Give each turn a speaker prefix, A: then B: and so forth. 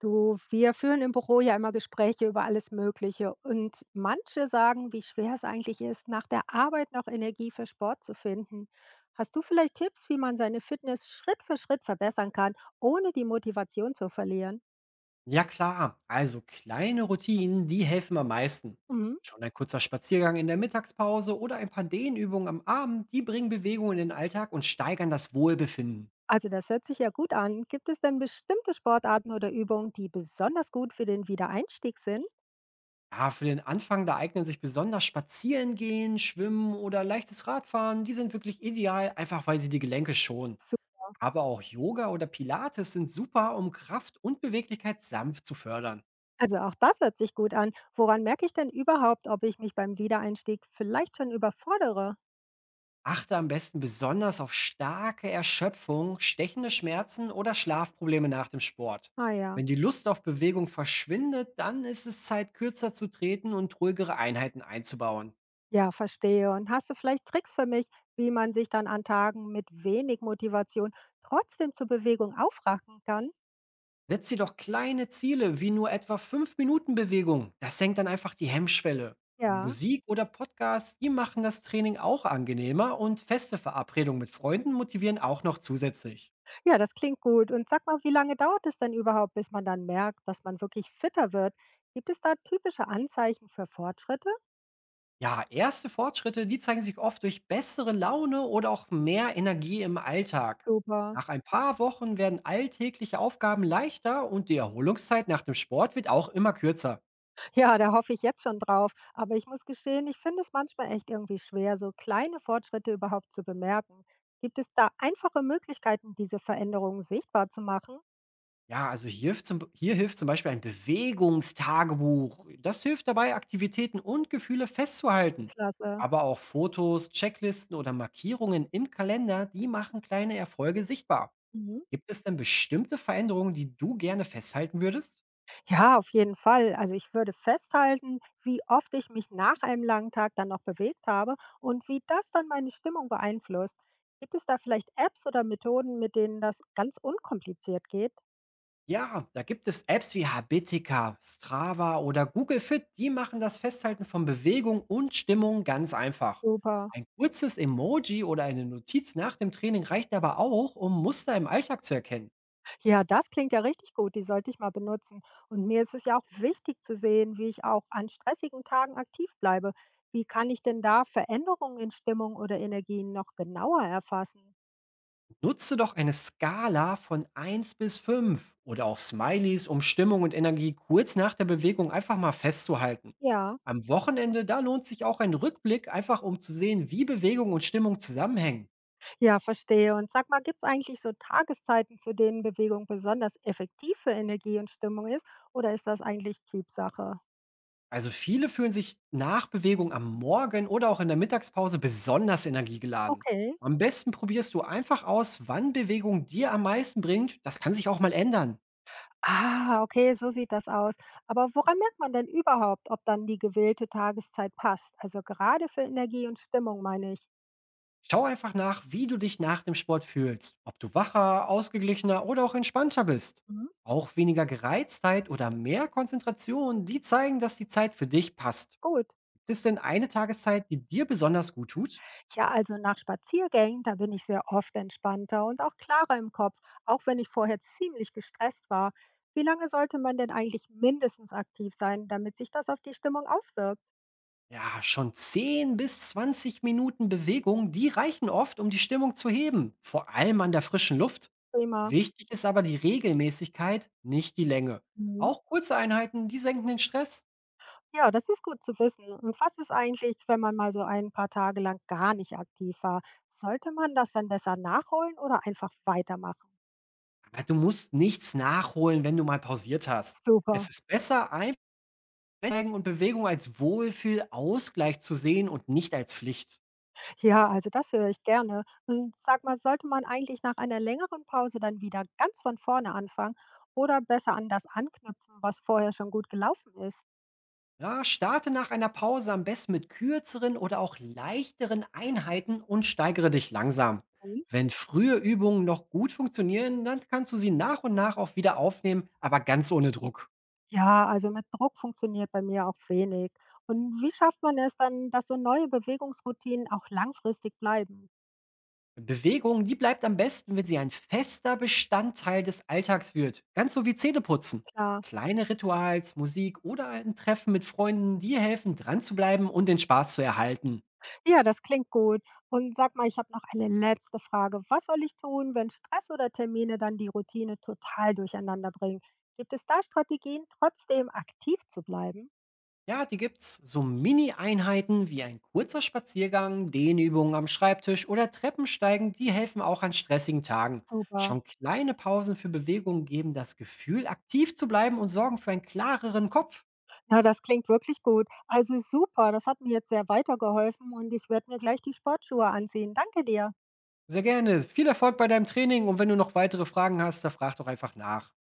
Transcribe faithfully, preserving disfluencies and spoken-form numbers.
A: Du, wir führen im Büro ja immer Gespräche über alles Mögliche und manche sagen, wie schwer es eigentlich ist, nach der Arbeit noch Energie für Sport zu finden. Hast du vielleicht Tipps, wie man seine Fitness Schritt für Schritt verbessern kann, ohne die Motivation zu verlieren?
B: Ja klar, also kleine Routinen, die helfen am meisten.
A: Mhm.
B: Schon ein kurzer Spaziergang in der Mittagspause oder ein paar Dehnübungen am Abend, die bringen Bewegung in den Alltag und steigern das Wohlbefinden.
A: Also das hört sich ja gut an. Gibt es denn bestimmte Sportarten oder Übungen, die besonders gut für den Wiedereinstieg sind?
B: Ja, für den Anfang, da eignen sich besonders Spazierengehen, Schwimmen oder leichtes Radfahren. Die sind wirklich ideal, einfach weil sie die Gelenke schonen.
A: So-
B: Aber auch Yoga oder Pilates sind super, um Kraft und Beweglichkeit sanft zu fördern.
A: Also auch das hört sich gut an. Woran merke ich denn überhaupt, ob ich mich beim Wiedereinstieg vielleicht schon überfordere?
B: Achte am besten besonders auf starke Erschöpfung, stechende Schmerzen oder Schlafprobleme nach dem Sport.
A: Ah ja.
B: Wenn die Lust auf Bewegung verschwindet, dann ist es Zeit, kürzer zu treten und ruhigere Einheiten einzubauen.
A: Ja, verstehe. Und hast du vielleicht Tricks für mich, wie man sich dann an Tagen mit wenig Motivation trotzdem zur Bewegung aufraffen kann?
B: Setz dir doch kleine Ziele wie nur etwa fünf Minuten Bewegung. Das senkt dann einfach die Hemmschwelle.
A: Ja,
B: Musik oder Podcasts, die machen das Training auch angenehmer, und feste Verabredungen mit Freunden motivieren auch noch zusätzlich.
A: ja, das klingt gut. Und sag mal, wie lange dauert es denn überhaupt, bis man dann merkt, dass man wirklich fitter wird? Gibt es da typische Anzeichen für Fortschritte?
B: Ja, erste Fortschritte, die zeigen sich oft durch bessere Laune oder auch mehr Energie im Alltag.
A: Super.
B: Nach ein paar Wochen werden alltägliche Aufgaben leichter und die Erholungszeit nach dem Sport wird auch immer kürzer.
A: Ja, da hoffe ich jetzt schon drauf. Aber ich muss gestehen, ich finde es manchmal echt irgendwie schwer, so kleine Fortschritte überhaupt zu bemerken. Gibt es da einfache Möglichkeiten, diese Veränderungen sichtbar zu machen?
B: Ja, also hier hilft zum, hier hilft zum Beispiel ein Bewegungstagebuch. Das hilft dabei, Aktivitäten und Gefühle festzuhalten.
A: Klasse.
B: Aber auch Fotos, Checklisten oder Markierungen im Kalender, die machen kleine Erfolge sichtbar.
A: Mhm.
B: Gibt es denn bestimmte Veränderungen, die du gerne festhalten würdest?
A: Ja, auf jeden Fall. Also ich würde festhalten, wie oft ich mich nach einem langen Tag dann noch bewegt habe und wie das dann meine Stimmung beeinflusst. Gibt es da vielleicht Apps oder Methoden, mit denen das ganz unkompliziert geht?
B: Ja, da gibt es Apps wie Habitica, Strava oder Google Fit, die machen das Festhalten von Bewegung und Stimmung ganz einfach.
A: Super.
B: Ein kurzes Emoji oder eine Notiz nach dem Training reicht aber auch, um Muster im Alltag zu erkennen.
A: Ja, das klingt ja richtig gut. Die sollte ich mal benutzen. Und mir ist es ja auch wichtig zu sehen, wie ich auch an stressigen Tagen aktiv bleibe. Wie kann ich denn da Veränderungen in Stimmung oder Energien noch genauer erfassen?
B: Nutze doch eine Skala von eins bis fünf oder auch Smileys, um Stimmung und Energie kurz nach der Bewegung einfach mal festzuhalten.
A: Ja.
B: Am Wochenende, da lohnt sich auch ein Rückblick, einfach um zu sehen, wie Bewegung und Stimmung zusammenhängen.
A: Ja, verstehe. Und sag mal, gibt es eigentlich so Tageszeiten, zu denen Bewegung besonders effektiv für Energie und Stimmung ist? Oder ist das eigentlich Typsache?
B: Also viele fühlen sich nach Bewegung am Morgen oder auch in der Mittagspause besonders energiegeladen.
A: Okay.
B: Am besten probierst du einfach aus, wann Bewegung dir am meisten bringt. Das kann sich auch mal ändern.
A: Ah, okay, so sieht das aus. Aber woran merkt man denn überhaupt, ob dann die gewählte Tageszeit passt? Also gerade für Energie und Stimmung, meine ich.
B: Schau einfach nach, wie du dich nach dem Sport fühlst. Ob du wacher, ausgeglichener oder auch entspannter bist.
A: Mhm.
B: Auch weniger Gereiztheit oder mehr Konzentration, die zeigen, dass die Zeit für dich passt.
A: Gut.
B: Ist denn eine Tageszeit, die dir besonders gut tut?
A: Ja, also nach Spaziergängen, da bin ich sehr oft entspannter und auch klarer im Kopf, auch wenn ich vorher ziemlich gestresst war. Wie lange sollte man denn eigentlich mindestens aktiv sein, damit sich das auf die Stimmung auswirkt?
B: Ja, schon zehn bis zwanzig Minuten Bewegung, die reichen oft, um die Stimmung zu heben, vor allem an der frischen Luft.
A: Prima.
B: Wichtig ist aber die Regelmäßigkeit, nicht die Länge.
A: Mhm.
B: Auch kurze Einheiten, die senken den Stress.
A: Ja, das ist gut zu wissen. Und was ist eigentlich, wenn man mal so ein paar Tage lang gar nicht aktiv war? Sollte man das dann besser nachholen oder einfach weitermachen?
B: Aber du musst nichts nachholen, wenn du mal pausiert hast. Es
A: Super.
B: ist besser, Einsteigen und Bewegung als Wohlfühl-Ausgleich zu sehen und nicht als Pflicht.
A: Ja, also das höre ich gerne. Und sag mal, sollte man eigentlich nach einer längeren Pause dann wieder ganz von vorne anfangen oder besser an das anknüpfen, was vorher schon gut gelaufen ist?
B: Ja, starte nach einer Pause am besten mit kürzeren oder auch leichteren Einheiten und steigere dich langsam.
A: Mhm.
B: Wenn frühe Übungen noch gut funktionieren, dann kannst du sie nach und nach auch wieder aufnehmen, aber ganz ohne Druck.
A: Ja, also mit Druck funktioniert bei mir auch wenig. Und wie schafft man es dann, dass so neue Bewegungsroutinen auch langfristig bleiben?
B: Bewegung, die bleibt am besten, wenn sie ein fester Bestandteil des Alltags wird. Ganz so wie Zähneputzen.
A: Klar.
B: Kleine Rituals, Musik oder ein Treffen mit Freunden, die helfen, dran zu bleiben und den Spaß zu erhalten.
A: Ja, das klingt gut. Und sag mal, ich habe noch eine letzte Frage. Was soll ich tun, wenn Stress oder Termine dann die Routine total durcheinander bringen? Gibt es da Strategien, trotzdem aktiv zu bleiben?
B: Ja, die gibt's. So Mini-Einheiten wie ein kurzer Spaziergang, Dehnübungen am Schreibtisch oder Treppensteigen, die helfen auch an stressigen Tagen.
A: Super.
B: Schon kleine Pausen für Bewegung geben das Gefühl, aktiv zu bleiben und sorgen für einen klareren Kopf.
A: Na, das klingt wirklich gut. Also super, das hat mir jetzt sehr weitergeholfen und ich werde mir gleich die Sportschuhe anziehen. Danke dir.
B: Sehr gerne. Viel Erfolg bei deinem Training, und wenn du noch weitere Fragen hast, dann frag doch einfach nach.